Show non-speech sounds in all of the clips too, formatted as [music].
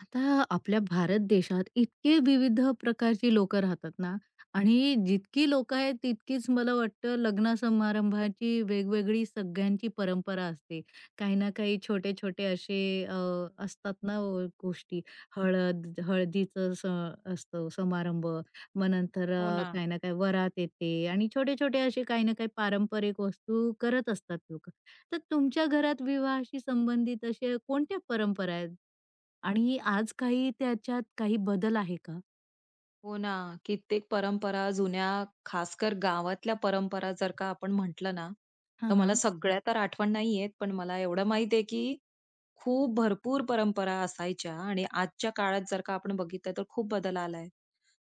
आता आपल्या भारत देशात इतके विविध प्रकारची लोकं राहतात ना, आणि जितकी लोकं आहेत तितकीच मला वाटतं लग्न समारंभाची वेगवेगळी सगळ्यांची परंपरा असते. काही ना काही छोटे-छोटे असे अ, असतात ना, गोष्टी. हळदीचं असतं समारंभ. मग नंतर, हो ना, काही ना काही वरात येते आणि छोटे-छोटे असे काही ना काही पारंपरिक वस्तू करत असतात लोकं. तर तुमच्या घरात विवाहाशी संबंधित अशा कोणत्या परंपरा आहेत? आणि आज काही त्याच्यात काही बदल आहे का? हो ना. कित्येक परंपरा जुन्या, खासकर गावातल्या परंपरा जर का आपण म्हटलं ना, तर हां, मला हां. सगळ्या तर आठवण नाही येत. पण मला एवढं माहिती आहे, की खूप भरपूर परंपरा असायच्या आणि आजच्या काळात जर का आपण बघितलं, तर खूप बदल आलाय.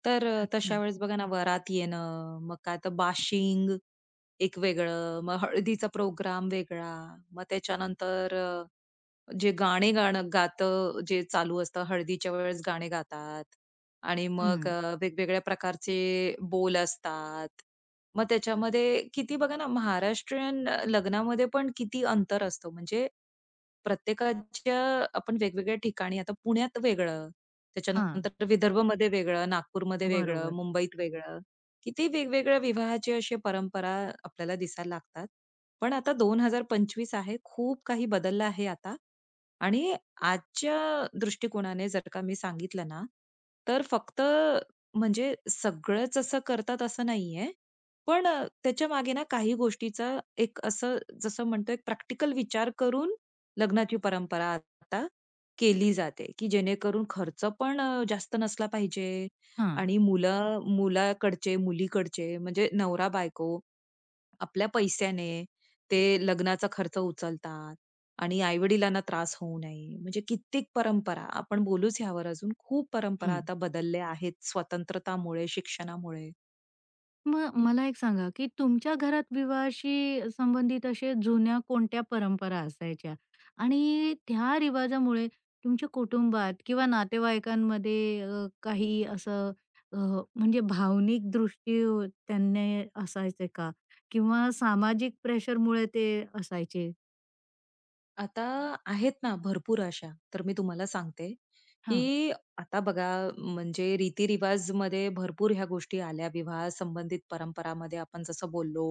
तर तशा अच्छा. वेळेस बघा ना, वरात येणं, मग काय तर बाशिंग एक वेगळं, मग हळदीचा प्रोग्राम वेगळा, मग त्याच्यानंतर जे गाणे गाणं गातं जे चालू असतं, हळदीच्या वेळेस गाणे गातात आणि मग हं. वेगवेगळ्या प्रकारचे बोल असतात. मग त्याच्यामध्ये किती बघा ना, महाराष्ट्रीयन लग्नामध्ये पण किती अंतर असतं. म्हणजे प्रत्येकाच्या आपण वेगवेगळ्या ठिकाणी आता पुण्यात वेगळं, हां. त्याच्यानंतर विदर्भमध्ये वेगळं, नागपूरमध्ये वेगळं, बरोबर. मुंबईत वेगळं. किती वेगवेगळ्या विवाहाची अशी परंपरा आपल्याला दिसायला लागतात. पण आता 2025 आहे. खूप काही बदललं आहे आता. आणि आजच्या दृष्टिकोनाने जर का मी सांगितलं ना, तर फक्त म्हणजे सगळंच असं करतात असं नाहीये. पण त्याच्यामागे ना काही गोष्टीचा एक असं जसं म्हणतो एक प्रॅक्टिकल विचार करून लग्नाची परंपरा आता केली जाते, की जेणेकरून खर्च पण जास्त नसला पाहिजे हां. आणि मुलं मुलाकडचे, मुलीकडचे म्हणजे नवरा-बायको आपल्या पैशाने ते लग्नाचा खर्च उचलतात आणि आई-वडिलांना त्रास होऊ नये. म्हणजे कित्येक परंपरा आपण बोलूच ह्यावर अजून. खूप परंपरा हं. आता बदलल्या आहेत स्वतंत्रतामुळे, शिक्षणामुळे. मग मला एक सांगा, की तुमच्या घरात विवाहाशी संबंधित अशा जुन्या कोणत्या परंपरा असायच्या? आणि त्या रिवाजामुळे तुमच्या कुटुंबात किंवा नातेवाईकांमध्ये काही असं, म्हणजे भावनिक दृष्टी त्यांनी असायचे का? किंवा सामाजिक प्रेशरमुळे ते असायचे? आता आहेत ना भरपूर अशा. तर मी तुम्हाला सांगते, की हां. आता बघा म्हणजे रीतिरिवाजमध्ये भरपूर ह्या गोष्टी आल्या. विवाह संबंधित परंपरामध्ये आपण जसं बोललो,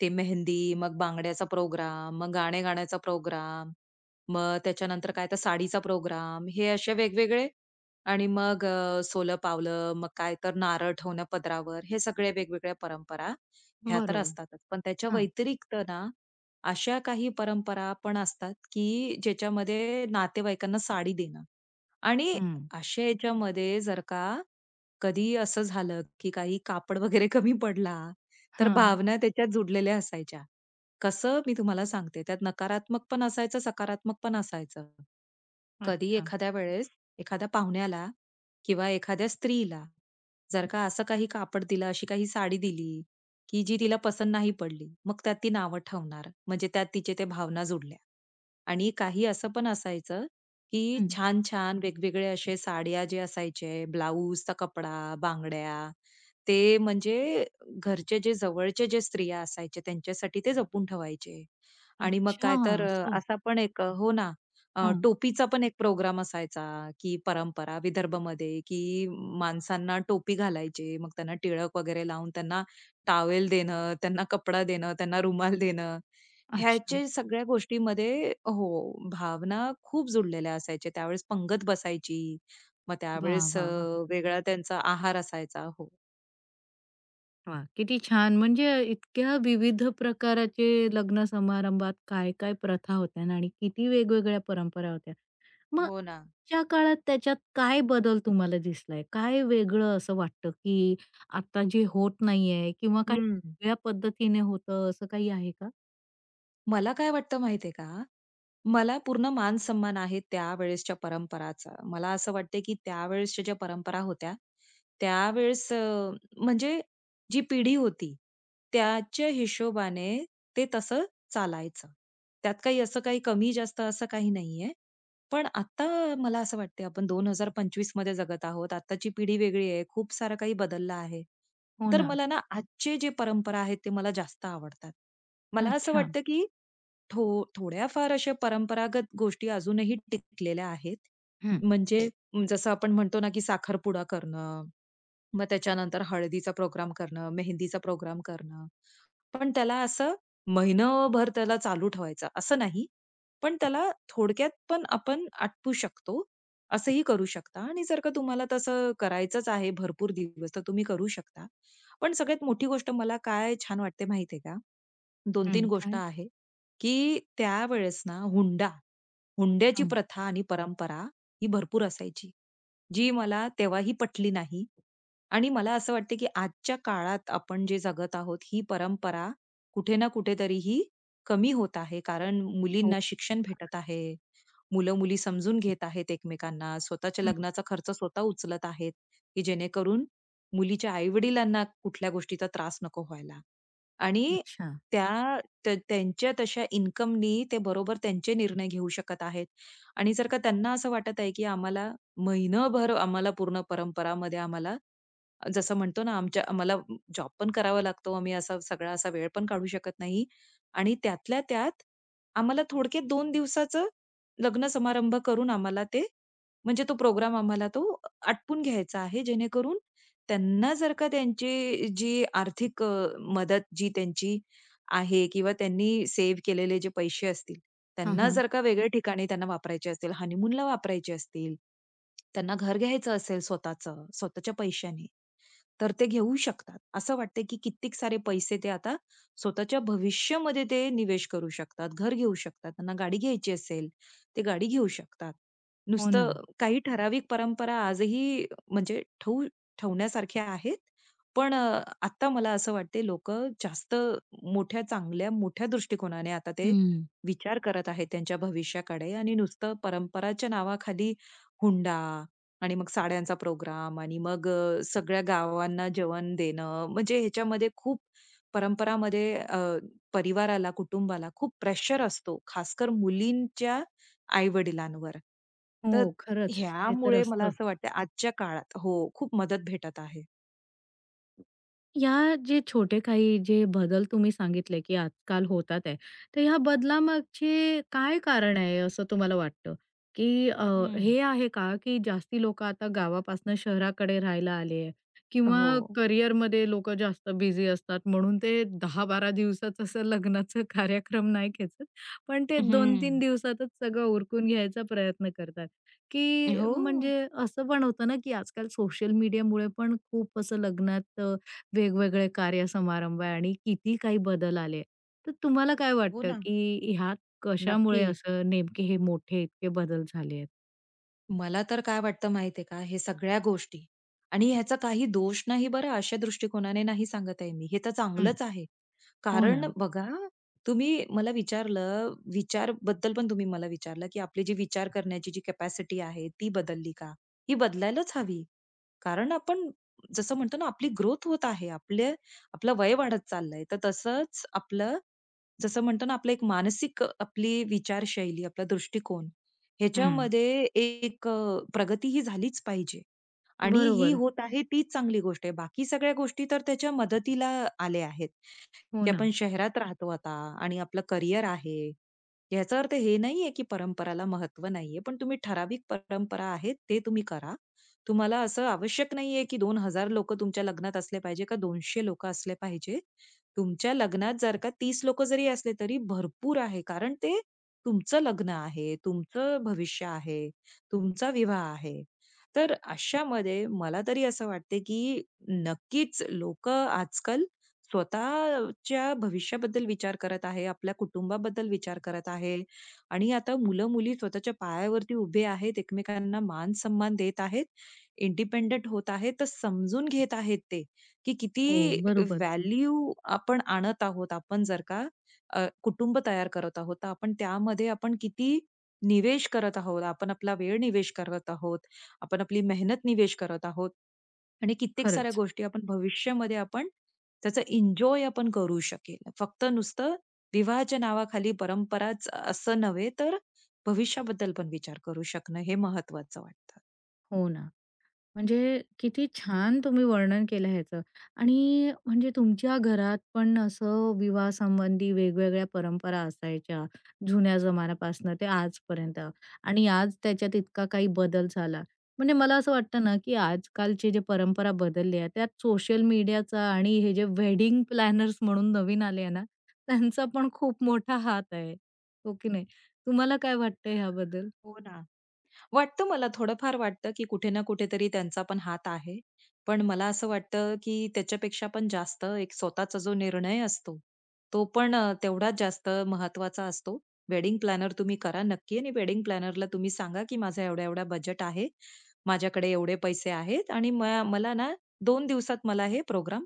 ते मेहंदी, मग बांगड्याचा प्रोग्राम, मग गाणे गाण्याचा प्रोग्राम, मग त्याच्यानंतर काय तर साडीचा प्रोग्राम, हे असे वेगवेगळे आणि मग सोलं पावलं, मग काय तर नारळ ठेवणं पदरावर, हे सगळे वेगवेगळ्या परंपरा ह्या तर बरोबर. असतातच. पण त्याच्या हां. व्यतिरिक्त ना अशा काही परंपरा पण असतात, की ज्याच्यामध्ये नातेवाईकांना साडी देणं आणि हं. अशा याच्यामध्ये जर का कधी असं झालं, की काही कापड वगैरे कमी पडला, तर हां. भावना त्याच्यात जुडलेल्या असायच्या. कसं मी तुम्हाला सांगते, त्यात नकारात्मक पण असायचं, सकारात्मक पण असायचं. कधी अच्छा. एखाद्या वेळेस एखाद्या पाहुण्याला किंवा एखाद्या स्त्रीला जर का असं काही कापड दिलं, अशी काही साडी दिली, की जी तिला पसंत नाही पडली, मग त्यात ती नावं ठेवणार. म्हणजे त्यात तिचे ते भावना जुडल्या. आणि काही असं पण असायचं, की हं. छान-छान वेगवेगळे असे साड्या जे असायचे, ब्लाउजचा कपडा, बांगड्या, ते म्हणजे घरचे जे जवळचे जे स्त्रिया असायचे त्यांच्यासाठी ते जपून ठेवायचे. आणि मग अच्छा, काय तर असं. असा पण एक हो ना, हां. टोपीचा पण एक प्रोग्राम असायचा, की परंपरा विदर्भमध्ये, की माणसांना टोपी घालायचे. मग त्यांना टिळक वगैरे लावून त्यांना टॉवेल देणं, त्यांना कपडा देणं, त्यांना रुमाल देणं. अच्छा. ह्याचे सगळ्या गोष्टीमध्ये हो, भावना खूप जुडलेल्या असायच्या. त्यावेळेस पंगत बसायची. मग वाह, त्यावेळेस वाह, वाह! वेगळा त्यांचा आहार असायचा. हो. वाह! किती छान. म्हणजे इतक्या विविध प्रकाराचे लग्न समारंभात काय-काय प्रथा होत्या ना, आणि किती वेगवेगळ्या परंपरा होत्या. मग हो ना. आजच्या काळात त्याच्यात काय बदल तुम्हाला दिसलाय? काय वेगळं असं वाटतं, की आता जे होत नाहीये किंवा काही हं. वेगळ्या पद्धतीने होतं, असं काही आहे का? मला काय वाटतं माहिती आहे का? मला पूर्ण मान-सन्मान आहे त्यावेळेसच्या परंपराचा. मला असं वाटतंय, की त्यावेळेसच्या ज्या परंपरा होत्या, त्यावेळेस म्हणजे जी पिढी होती, त्याच्या हिशोबाने ते तसं चालायचं. त्यात काही असं काही कमी-जास्त असं काही नाहीये. पण आता मला असं वाटतंय आपण 2025 मध्ये जगत आहोत. आत्ताची पिढी वेगळी आहे. खूप सारं काही बदललं आहे. हो तर ना. मला ना आजचे जे परंपरा आहेत, ते मला जास्त आवडतात. मला असं अच्छा. वाटतं, की थो थोड्याफार अशा परंपरागत गोष्टी अजूनही टिकलेल्या आहेत. हं. म्हणजे जसं आपण म्हणतो ना, की साखरपुडा करणं, मग त्याच्यानंतर हळदीचा प्रोग्राम करणं, मेहंदीचा प्रोग्राम करणं. पण त्याला असं महिनाभर त्याला चालू ठेवायचं असं नाही. पण त्याला थोडक्यात पण आपण आटपू शकतो, असंही करू शकता आणि जर का तुम्हाला तसं करायचंच आहे भरपूर दिवस, तर तुम्ही करू शकता. पण सगळ्यात मोठी गोष्ट मला काय छान वाटते माहिती आहे का? 2-3 हं. गोष्ट काय? आहे, की त्यावेळेस ना हुंडा, हुंड्याची हं. प्रथा आणि परंपरा ही भरपूर असायची, जी मला तेव्हाही पटली नाही आणि मला असं वाटतं, की आजच्या काळात आपण जे जगत आहोत, ही परंपरा कुठे ना कुठेतरी ही कमी होत आहे. कारण हो. मुलींना शिक्षण का? भेटत आहे. मुलं-मुली समजून घेत आहेत एकमेकांना. स्वतःच्या हं. लग्नाचा खर्च स्वतः उचलत आहेत, की जेणेकरून मुलीच्या आई-वडिलांना कुठल्या गोष्टीचा त्रास नको व्हायला. आणि अच्छा. त्या त्या त्यांच्या तशा इन्कमनी ते बरोबर त्यांचे निर्णय घेऊ शकत आहेत. आणि जर का त्यांना असं वाटत आहे, की आम्हाला महिनाभर आम्हाला पूर्ण परंपरामध्ये आम्हाला जसं म्हणतो ना, आमच्या आम्हाला जॉब पण करावा लागतो. आम्ही असा सगळा असा वेळ पण काढू शकत नाही आणि त्यातल्या त्यात आम्हाला थोडक्यात 2 दिवसाचं लग्न समारंभ करून आम्हाला ते म्हणजे तो प्रोग्राम आम्हाला तो आटपून घ्यायचा आहे. जेणेकरून त्यांना जर का त्यांची जी आर्थिक मदत जी त्यांची आहे किंवा त्यांनी सेव्ह केलेले जे पैसे असतील, हां, त्यांना हां. जर का वेगळ्या ठिकाणी त्यांना वापरायचे असतील, हनीमूनला वापरायचे असतील, त्यांना घर घ्यायचं असेल स्वतःचं, स्वतःच्या पैशाने, तर ते घेऊ शकतात. असं वाटतंय की कित्येक सारे पैसे ते आता स्वतःच्या भविष्यामध्ये ते निवेश करू शकतात, घर घेऊ शकतात. त्यांना गाडी घ्यायची असेल, ते गाडी घेऊ शकतात. हो ना. नुसतं काही ठराविक परंपरा आजही म्हणजे ठेवण्यासारख्या आहेत. पण आता मला असं वाटते लोकं जास्त मोठ्या, चांगल्या, मोठ्या दृष्टिकोनाने आता ते हं. विचार करत आहेत त्यांच्या भविष्याकडे आणि नुसतं परंपराच्या नावाखाली हुंडा आणि मग साड्यांचा प्रोग्राम आणि मग सगळ्या गावांना जेवण देणं म्हणजे ह्याच्यामध्ये खूप परंपरामध्ये परिवाराला, कुटुंबाला खूप प्रेशर असतो, खासकर मुलींच्या आई-वडिलांवर. तर हो, खरंच. ते तर ह्यामुळे मला असतं. असं वाटतं आजच्या काळात हो, खूप मदत भेटत आहे. या जे छोटे काही जे बदल तुम्ही सांगितले, की आजकाल होतात आहे, तर ह्या बदलामागचे काय कारण आहे असं तुम्हाला वाटतं? की हं. हे आहे का, की जास्ती लोकं आता गावापासनं शहराकडे राहायला आले आहे, किंवा हो. करिअरमध्ये लोकं जास्त बिझी असतात म्हणून ते 10-12 दिवसाचं असं लग्नाचं [laughs] कार्यक्रम नाही खेचत, पण ते हं. 2-3 दिवसातच सगळं उरकून घ्यायचा प्रयत्न करतात, की हो. म्हणजे असं पण होतं ना, की आजकाल सोशल मीडियामुळे पण खूप असं लग्नात वेगवेगळे कार्यसमारंभ आहे आणि किती काही बदल आले. तर तुम्हाला काय हो वाटतं, ना. की ह्यात नक्की. कशामुळे असं नेमके हे मोठे इतके बदल झाले आहेत? मला तर काय वाटतं माहितीये का, हे सगळ्या गोष्टी आणि ह्याचा काही दोष नाही बरं अशा दृष्टिकोनाने नाही सांगत आहे मी. हे तर हं. चांगलंच आहे. हो ना. कारण बघा, तुम्ही मला विचारलं, विचारबद्दल पण तुम्ही मला विचारलं, की आपली जी विचार करण्याची जी कॅपॅसिटी आहे ती बदलली का? ही बदलायलाच हवी. कारण आपण जसं म्हणतो ना, आपली ग्रोथ होत आहे. आपलं वय वाढत चाललंय. तर तसंच आपलं जसं म्हणतो ना, आपलं एक मानसिक आपली विचारशैली, आपला दृष्टिकोन हं. ह्याच्यामध्ये एक प्रगती ही झालीच पाहिजे आणि ही बरोबर. होत आहे तीच चांगली गोष्ट आहे. बाकी सगळ्या गोष्टी तर त्याच्या मदतीला आल्या आहेत. हो की ना. आपण शहरात राहतो आता आणि आपलं करिअर आहे. याचा अर्थ हे नाहीये की परंपराला महत्त्व नाहीये. पण तुम्ही ठराविक परंपरा आहेत ते तुम्ही करा. तुम्हाला असं आवश्यक नाहीये की 2,000 लोक तुमच्या लग्नात असले पाहिजे का 200 लोक असले पाहिजे. तुमच्या लग्नात जर का 30 लोकं जरी असले तरी भरपूर आहे. कारण ते तुमचं लग्न आहे, तुमचं भविष्य आहे, तुमचा विवाह आहे. तर अशामध्ये मला तरी असं वाटते की नक्कीच लोकं आजकाल स्वतःच्या भविष्याबद्दल विचार करत आहे, आपल्या कुटुंबाबद्दल विचार करत आहे आणि आता मुलं-मुली स्वतःच्या पायावरती उभे आहेत, एकमेकांना मान-सन्मान देत आहेत, इंडिपेंडंट होत आहेत, तर समजून घेत आहेत ते, की हो, किती बरोबर. व्हॅल्यू आपण आणत आहोत. आपण जर का कुटुंब तयार करत आहोत, तर आपण त्यामध्ये आपण किती निवेश करत आहोत. आपण आपला वेळ निवेश करत आहोत. आपण आपली मेहनत निवेश करत आहोत आणि कित्येक साऱ्या खरंच. गोष्टी आपण भविष्यामध्ये आपण त्याचं एन्जॉय आपण करू शकेल. फक्त नुसतं विवाहाच्या नावाखाली परंपराच असं नव्हे, तर भविष्याबद्दल पण विचार करू शकणं हे महत्वाचं वाटतं. हो ना. म्हणजे किती छान तुम्ही वर्णन केलं ह्याचं, आणि म्हणजे तुमच्या घरात पण असं विवाह संबंधी वेगवेगळ्या परंपरा असायच्या जुन्या जमान्यापासून ते आजपर्यंत, आणि आज त्याच्यात इतका काही बदल झाला. म्हणजे मला असं वाटतं ना, की आजकालची जी परंपरा बदलली आहे त्यात सोशल मीडियाचा आणि हे जे वेडिंग प्लॅनर्स म्हणून नवीन आले आहे ना, त्यांचा पण खूप मोठा हात आहे. हो की नाही? तुम्हाला काय वाटतं ह्याबद्दल? हो ना. वाटतं मला थोडंफार वाटतं, की कुठे ना कुठेतरी त्यांचा पण हात आहे. पण मला असं वाटतं, की त्याच्यापेक्षा पण जास्त एक स्वतःचा जो निर्णय असतो, तो पण तेवढाच जास्त महत्त्वाचा असतो. वेडिंग प्लॅनर तुम्ही करा नक्की आणि वेडिंग प्लॅनरला तुम्ही सांगा, की माझा एवढा-एवढा बजेट आहे. माझ्याकडे एवढे पैसे आहेत आणि मला ना 2 दिवसात मला हे प्रोग्राम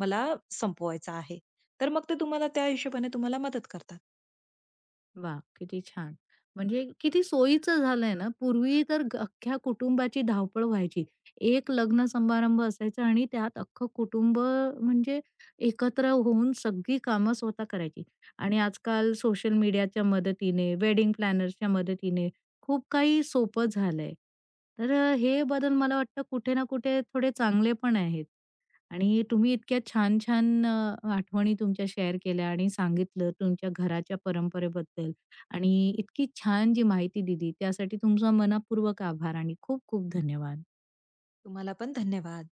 मला संपवायचा आहे. तर मग ते तुम्हाला त्या हिशोबाने तुम्हाला मदत करतात. वा, किती छान. म्हणजे किती सोयीचं झालंय ना. पूर्वी तर अख्ख्या कुटुंबाची धावपळ व्हायची. एक लग्न समारंभ असायचा आणि त्यात अख्खं कुटुंब म्हणजे एकत्र होऊन सगळी कामं स्वतः करायची. आणि आजकाल सोशल मीडियाच्या मदतीने, वेडिंग प्लॅनर्सच्या मदतीने खूप काही सोपं झालंय. तर, हे बदल मला वाटतं कुठे ना कुठे थोडे चांगले पण आहेत. आणि तुम्ही इतक्या छान छान, आठवणी तुमच्या शेअर केल्या आणि सांगितलं तुमच्या घराच्या परंपरेबद्दल, आणि इतकी छान जी माहिती दिली त्यासाठी तुमचा मनापूर्वक आभार आणि खूप खूप धन्यवाद. तुम्हाला पण धन्यवाद.